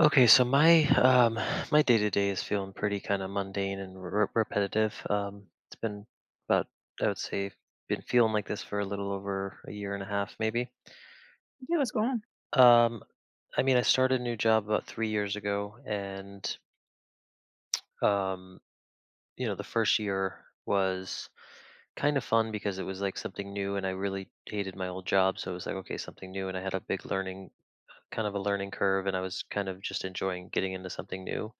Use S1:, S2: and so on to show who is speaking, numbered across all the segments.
S1: Okay, so my day to day is feeling pretty kind of mundane and repetitive. It's been about, I would say, been feeling like this for a little over a year and a half, maybe.
S2: Yeah, what's going on?
S1: Um, I mean, I started a new job about 3 years ago, and um, you know, the first year was kind of fun because it was like something new, and I really hated my old job, so it was like okay, something new, and I had a big learning kind of a learning curve, and I was kind of just enjoying getting into something new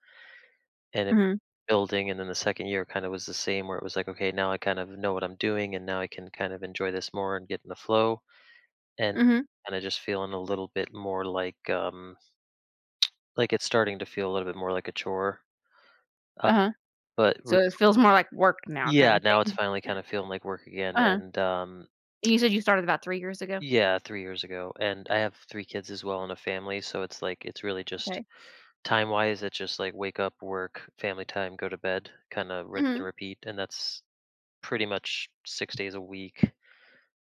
S1: and
S2: Mhm,
S1: building. And then the second year kind of was the same, where it was like okay, now I kind of know what I'm doing and now I can kind of enjoy this more and get in the flow. And
S2: mhm,
S1: kind of just feeling a little bit more like it's starting to feel a little bit more like a chore. uh,
S2: uh-huh.
S1: but re-
S2: So it feels more like work now
S1: yeah,
S2: kinda
S1: now it's
S2: thing.
S1: finally kind of feeling like work again.
S2: Uh-huh.
S1: And
S2: And you said you started about 3 years ago?
S1: Yeah, 3 years ago, and I have three kids as well and a family, so it's like it's really just
S2: Okay.
S1: time wise it's just like wake up, work, family time, go to bed, kind of rinse and
S2: Mhm,
S1: repeat. And that's pretty much 6 days a week.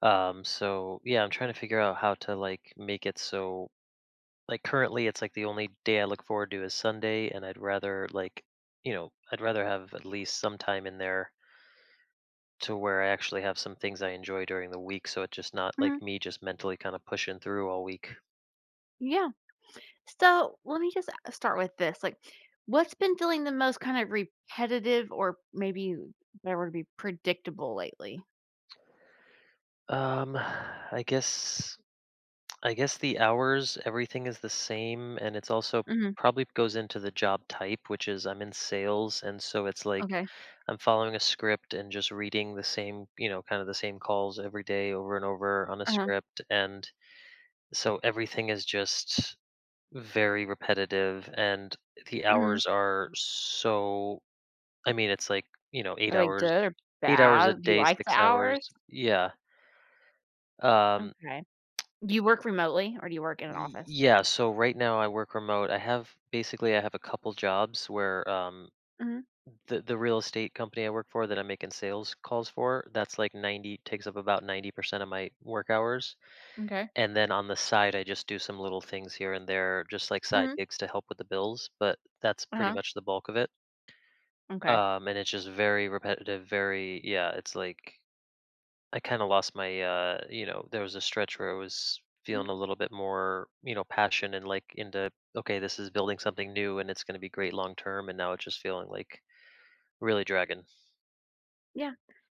S1: So yeah, I'm trying to figure out how to like make it so, like, currently it's like the only day I look forward to is Sunday, and I'd rather like, you know, I'd rather have at least some time in there to where I actually have some things I enjoy during the week, so it's just not
S2: mhm,
S1: like me just mentally kind of pushing through all week.
S2: yeah. So let me just a start with this, like, what's been feeling the most kind of repetitive or maybe better word would be predictable lately?
S1: Um, I guess I guess the hours, everything is the same, and it's also
S2: Mhm,
S1: probably goes into the job type, which is I'm in sales, and so it's like
S2: okay.
S1: I'm following a script and just reading the same, you know, kind of the same calls every day over and over on a
S2: Uh-huh,
S1: script. And so everything is just very repetitive. And the
S2: mhm.
S1: hours are so, I mean, it's like, you know,
S2: Are they good or
S1: 8 hours a
S2: bad? Do you
S1: day,
S2: like the
S1: six
S2: hours?
S1: hours. Yeah. Um,
S2: Okay. Do you work remotely or do you work in an office?
S1: yeah. So right now I work remote. I have basically, I have a couple jobs where,
S2: Mhm,
S1: the real estate company I work for that I'm making sales calls for, that's like 90 takes up about 90% of my work hours.
S2: okay.
S1: And then on the side, I just do some little things here and there, just like side
S2: Mhm,
S1: gigs to help with the bills, but that's pretty
S2: uh-huh,
S1: much the bulk of it.
S2: okay.
S1: And it's just very repetitive, very, yeah, it's like I kind of lost my, you know, there was a stretch where I was
S2: Mhm,
S1: feeling a little bit more, you know, passion and like into okay, this is building something new and it's going to be great long term, and now it's just feeling like really dragging.
S2: yeah.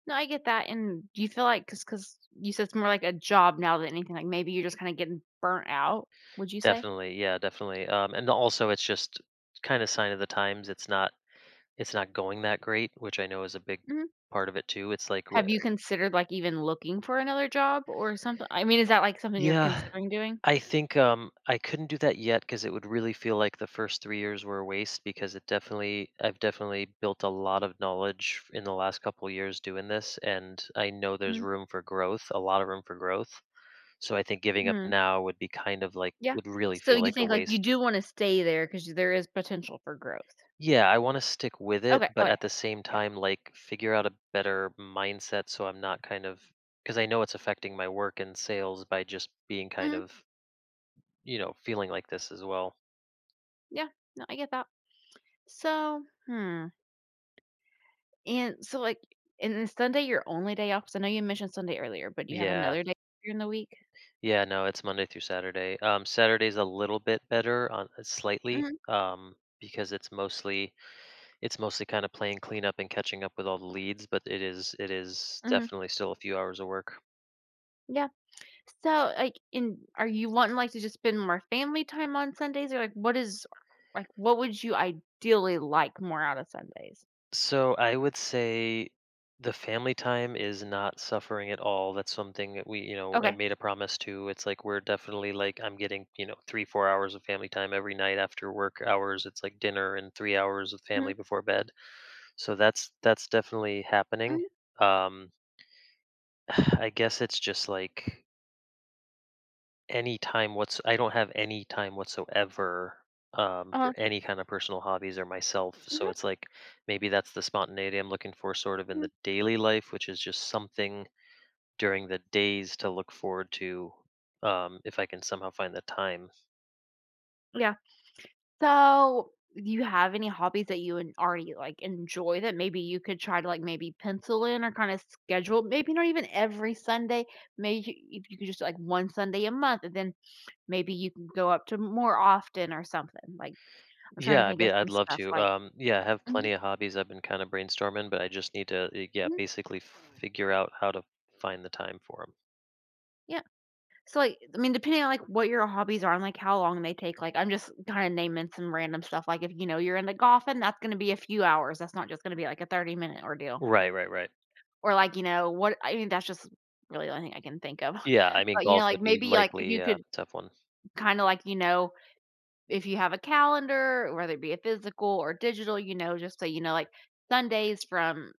S2: No, I get that, and do you feel like because you said it's more like a job now than anything, like, maybe you're just kinda getting burnt out, would you say?
S1: Definitely, yeah, definitely, and also it's just kinda sign of the times. It's not going that great, which I know is a big
S2: Mhm.
S1: part of it too, it's like wha.
S2: Have you considered, like, even looking for another job or something? I mean, is that, like, something you're
S1: Yeah,
S2: considering doing?
S1: I think, I couldn't do that yet because it would really feel like the first 3 years were a waste, because it definitely I've definitely built a lot of knowledge in the last couple years doing this, and I know there's
S2: Mhm,
S1: room for growth, a lot of room for growth, so I think giving up
S2: mhm,
S1: now would be
S2: yeah.
S1: would really
S2: So
S1: feel
S2: you
S1: like a
S2: think, like, you
S1: waste.
S2: do wanna stay there because there is potential for growth.
S1: Yeah, I wanna stick with it,
S2: Okay,
S1: but
S2: okay.
S1: at the same
S2: Yeah.
S1: time, like, figure out a better mindset so I'm not kind of, because I know it's affecting my work and sales by just being kind
S2: Mhm,
S1: of, you know, feeling like this as well.
S2: yeah. No, I get that. So, and so, like, and is Sunday your only day off? 'Cause I know you mentioned Sunday earlier, but do you have
S1: Yeah.
S2: another day during the week?
S1: Yeah, no, it's Monday through Saturday. Saturday's a little bit better on, slightly,
S2: Mhm,
S1: because it's mostly kinda playing cleanup and catching up with all the leads, but it is
S2: mhm,
S1: definitely still a few hours of work.
S2: yeah. So, like, in are you wanting, like, to just spend more family time on Sundays? Or, like, what is like, what would you ideally like more out of Sundays?
S1: So I would say the family time is not suffering at all. That's something that we, you know, I
S2: Okay.
S1: made a promise to. It's like we're definitely like I'm getting, you know, three, 4 hours of family time every night after work hours. It's like dinner and 3 hours of family
S2: Mhm,
S1: before bed. So that's definitely happening.
S2: mhm,
S1: Um I guess it's just like, any time what's I don't have any time whatsoever, for
S2: uh-huh,
S1: any kind of personal hobbies or myself, so
S2: mhm,
S1: it's like, maybe that's the spontaneity I'm looking for sort of in
S2: mhm,
S1: the daily life, which is just something during the days to look forward to, if I can somehow find the time.
S2: yeah. So, do you have any hobbies that you en already, like, enjoy that maybe you could try to, like, maybe pencil in or kinda schedule? Maybe not even every Sunday, maybe if you could just like, 1 Sunday a month, and then maybe you can go up to more often or something, like, I'm trying to
S1: Yeah,
S2: think of
S1: I'd
S2: some
S1: love
S2: stuff
S1: to,
S2: like.
S1: yeah, I have
S2: Mhm,
S1: plenty of hobbies I've been kinda brainstorming, but I just need to, yeah,
S2: mhm,
S1: basically figure out how to find the time for them.
S2: yeah. So, like, I mean, depending on, like, what your hobbies are and, like, how long they take, like, I'm just kinda naming some random stuff, like, if, you know, you're into golfing, that's gonna be a few hours, that's not just gonna be, like, a 30-minute ordeal.
S1: Right, right, right.
S2: Or, like, you know, what I mean, that's just really the only thing I can think of.
S1: Yeah, I mean,
S2: But, you know,
S1: golf would
S2: like,
S1: be
S2: maybe, like,
S1: likely
S2: you
S1: a
S2: could
S1: tough one.
S2: kinda, like, you know, if you have a calendar, whether it be a physical or digital, you know, just so you know, like, Sundays from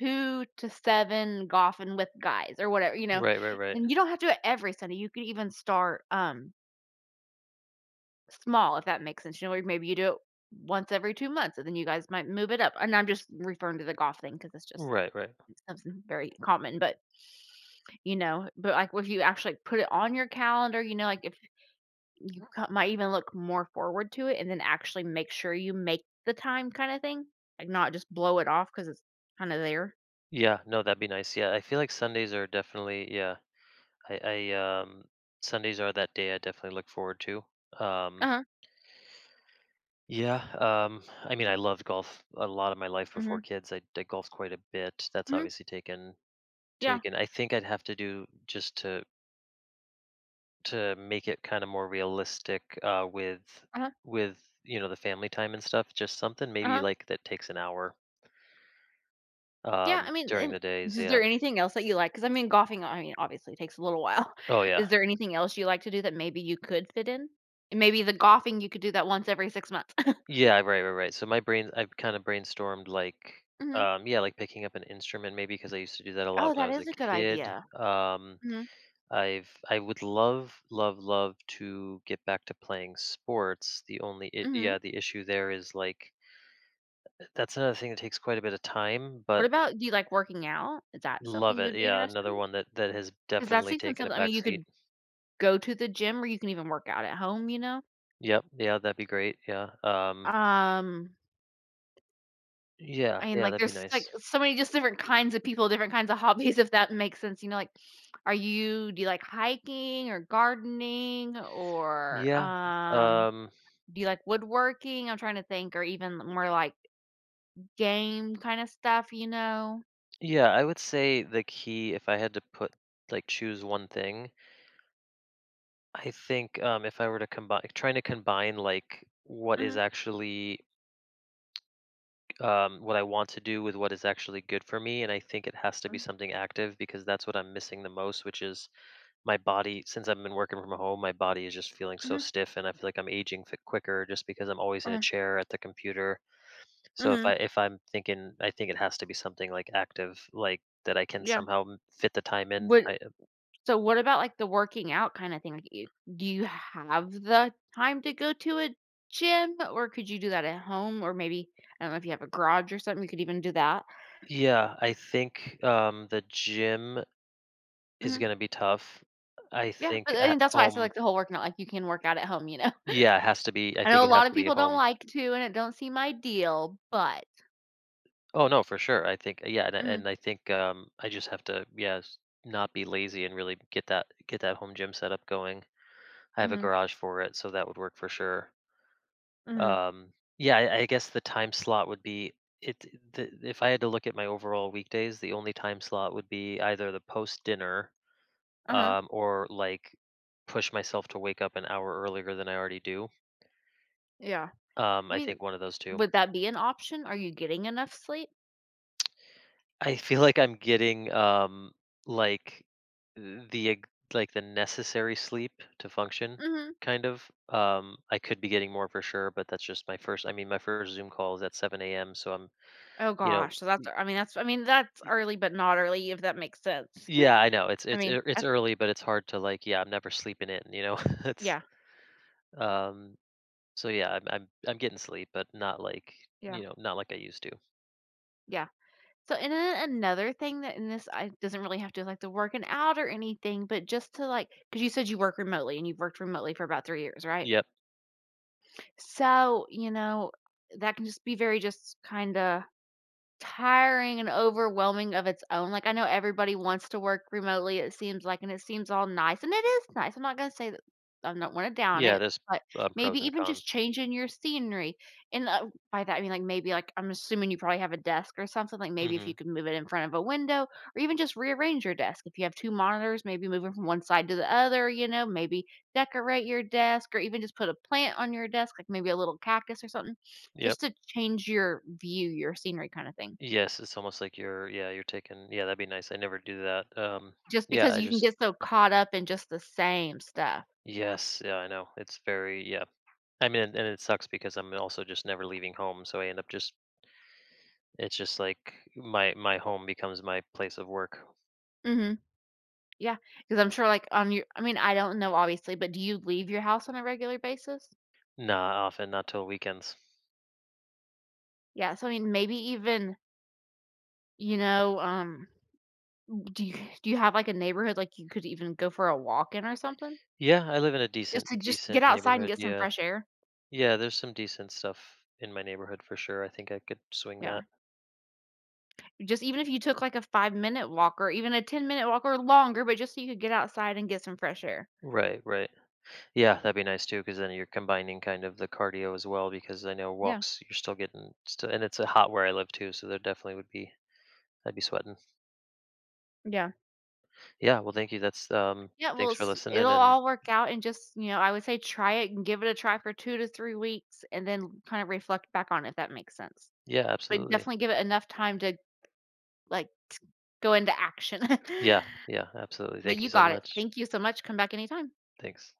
S2: 2 to 7 golfing with guys or whatever, you know?
S1: Right, right, right.
S2: And you don't have to do it every Sunday, you could even start, small, if that makes sense, you know, or maybe you do it once every 2 months, and then you guys might move it up, and I'm just referring to the golf thing because it's just
S1: Right, right.
S2: something very common, but, you know, but, like, if you actually put it on your calendar, you know, like, if you c might even look more forward to it and then actually make sure you make the time kinda thing, like, not just blow it off because it's kinda there.
S1: Yeah, no, that'd be nice. Yeah, I feel like Sundays are definitely, yeah. I, I Sundays are that day I definitely look forward to. Um
S2: Uh-huh,
S1: yeah, I mean, I loved golf a lot of my life before
S2: mhm,
S1: kids. I golfed quite a bit. That's
S2: mhm,
S1: obviously
S2: yeah,
S1: taken. I think I'd have to do, just to make it kind of more realistic, with
S2: uh-huh,
S1: with you know, the family time and stuff, just something maybe
S2: uh-huh.
S1: like that takes an hour,
S2: Yeah, I mean,
S1: during
S2: and
S1: the days,
S2: is
S1: yeah.
S2: there anything else that you like? Because I mean, golfing, I mean, obviously takes a little while.
S1: Oh yeah.
S2: Is there anything else you like to do that maybe you could fit in? And maybe the golfing, you could do that once every 6 months.
S1: Yeah, right, right, right. So my brain, I've kind of brainstormed like,
S2: Mhm.
S1: yeah, like picking up an instrument maybe, because I used to do that a lot
S2: Oh,
S1: when I
S2: that
S1: was a
S2: is a good
S1: kid.
S2: idea.
S1: Um,
S2: Mhm,
S1: I would love, love, love to get back to playing sports. The only, I
S2: mhm.
S1: Yeah, the issue there is like that's another thing that takes quite a bit of time,
S2: What
S1: but
S2: about, do you like working out? Is that something
S1: love
S2: you
S1: it.
S2: would be
S1: Yeah,
S2: interested
S1: another
S2: in?
S1: one that has
S2: Because that's
S1: definitely
S2: even
S1: taken a
S2: something, I mean, you
S1: backseat.
S2: could go to the gym or you can even work out at home, you know?
S1: Yep, yeah, that'd be great. Yeah,
S2: Um
S1: yeah,
S2: I mean,
S1: yeah,
S2: like,
S1: that'd be
S2: there's, like,
S1: nice.
S2: so many just different kinds of people, different kinds of hobbies, if that makes sense, you know, like, are you do you like hiking or gardening or,
S1: Yeah, um,
S2: do you like woodworking? I'm trying to think, or even more like game kinda stuff, you know?
S1: yeah, I would say the key, if I had to put, like, choose one thing, I think if I were to combine, trying to combine like what is
S2: Mhm,
S1: actually, what I want to do with what is actually good for me, and I think it has to be
S2: mm,
S1: something active, because that's what I'm missing the most, which is my body. Since I've been working from home, my body is just feeling so
S2: mhm,
S1: stiff, and I feel like I'm aging quicker, just because I'm always in a
S2: mhm,
S1: chair at the computer. So
S2: mhm,
S1: if I'm thinking, I think it has to be something like active like that I can
S2: yeah.
S1: somehow fit the time in.
S2: Would
S1: I,
S2: so what about, like, the working out kinda thing? Like, you do you have the time to go to a gym, or could you do that at home? Or maybe I don't know if you have a garage or something, you could even do that.
S1: yeah, I think, the gym is
S2: Mhm.
S1: gonna be tough. I
S2: Yeah,
S1: think
S2: but I
S1: at
S2: mean, that's why I said,
S1: home.
S2: like, the whole working out, like, you can work out at home, you know?
S1: Yeah, it has to be, I
S2: I
S1: think
S2: know a
S1: it has
S2: lot of
S1: to be at
S2: people don't
S1: home.
S2: like to, and it don't seem ideal, but.
S1: Oh, no, for sure. I think, yeah,
S2: Mhm,
S1: and I think, I just have to, yeah, s not be lazy and really get that home gym setup going. I have a
S2: mhm,
S1: garage for it, so that would work for sure.
S2: mhm,
S1: Yeah, I guess the time slot would be, it the, if I had to look at my overall weekdays, the only time slot would be either the post-dinner,
S2: uh-huh,
S1: or push myself to wake up an hour earlier than I already do.
S2: yeah. I
S1: I
S2: mean,
S1: think one of those two.
S2: would that be an option? Are you getting enough sleep?
S1: I feel like I'm getting, like the ex- like the necessary sleep to function.
S2: Mhm.
S1: Kind of. I could be getting more for sure, but that's just my first. I mean, my first Zoom call is at 7 a.m. So I'm,
S2: Oh
S1: you know,
S2: gosh, so that's, I mean, that's, I mean, that's
S1: y-
S2: early, but not early, if that makes sense.
S1: yeah, I know it's
S2: I
S1: it's
S2: mean,
S1: it's
S2: that's,
S1: early, but it's hard to like, yeah, I'm never sleeping in. You know, it's
S2: yeah,
S1: um so yeah, I'm getting sleep, but not like,
S2: yeah,
S1: you know, not like I used to.
S2: yeah. So, and then another thing that, in this I doesn't really have to, like, the working out or anything, but just to, like, because you said you work remotely, and you've worked remotely for about 3 years, right?
S1: Yep.
S2: So, you know, that can just be very just kinda tiring and overwhelming of its own. Like, I know everybody wants to work remotely, it seems like, and it seems all nice, and it is nice. I'm not gonna say that. I'm not wanna down
S1: Yeah,
S2: it,
S1: there's,
S2: but maybe
S1: pros and
S2: even just
S1: cons.
S2: changing your scenery, and, by that, I mean, like, maybe, like, I'm assuming you probably have a desk or something, like, maybe if you
S1: Mhm.
S2: could move it in front of a window or even just rearrange your desk. If you have 2 monitors, maybe moving from one side to the other, you know, maybe decorate your desk or even just put a plant on your desk, like, maybe a little cactus or something,
S1: Yep.
S2: just to change your view, your scenery kinda thing.
S1: Yes, it's almost like you're taking, yeah, that'd be nice. I never do that.
S2: Just
S1: Yeah,
S2: because
S1: I
S2: you can get
S1: just
S2: so caught up in just the same stuff.
S1: yes, yeah, I know. It's very, yeah. I mean, and it sucks because I'm also just never leaving home, so I end up just, it's just like my home becomes my place of work.
S2: Mhm. Because 'cause I'm sure, like, on your I mean, I don't know, obviously, but do you leave your house on a regular basis?
S1: Nah. Often, not till weekends.
S2: Yeah, so, I mean, maybe even, you know, do you do you have, like, a neighborhood, like, you could even go for a walk in or something?
S1: Yeah, I live in a
S2: Just to just get
S1: decent
S2: outside and
S1: neighborhood.
S2: get some
S1: Yeah.
S2: fresh air?
S1: Yeah, there's some decent stuff in my neighborhood for sure. I think I could swing
S2: Yeah.
S1: that.
S2: Just even if you took, like, a 5-minute walk or even a 10-minute walk or longer, but just so you could get outside and get some fresh air.
S1: Right, right. Yeah, that'd be nice too, because then you're combining kind of the cardio as well. Because I know
S2: Yeah,
S1: walks, you're still getting still, and it's a hot where I live too, so there definitely would be, I'd be sweating.
S2: yeah.
S1: Yeah, well, thank you. That's
S2: Yeah, well,
S1: thanks for
S2: s
S1: listening,
S2: it'll
S1: and
S2: all work out and just, you know, I would say try it and give it a try for 2 to 3 weeks and then kind of reflect back on it, if that makes sense.
S1: yeah,
S2: But
S1: absolutely.
S2: definitely give it enough time to, like, go into action.
S1: Yeah, yeah, absolutely.
S2: But
S1: Thank you
S2: you
S1: so
S2: got it.
S1: much.
S2: Thank you so much. Come back anytime.
S1: Thanks.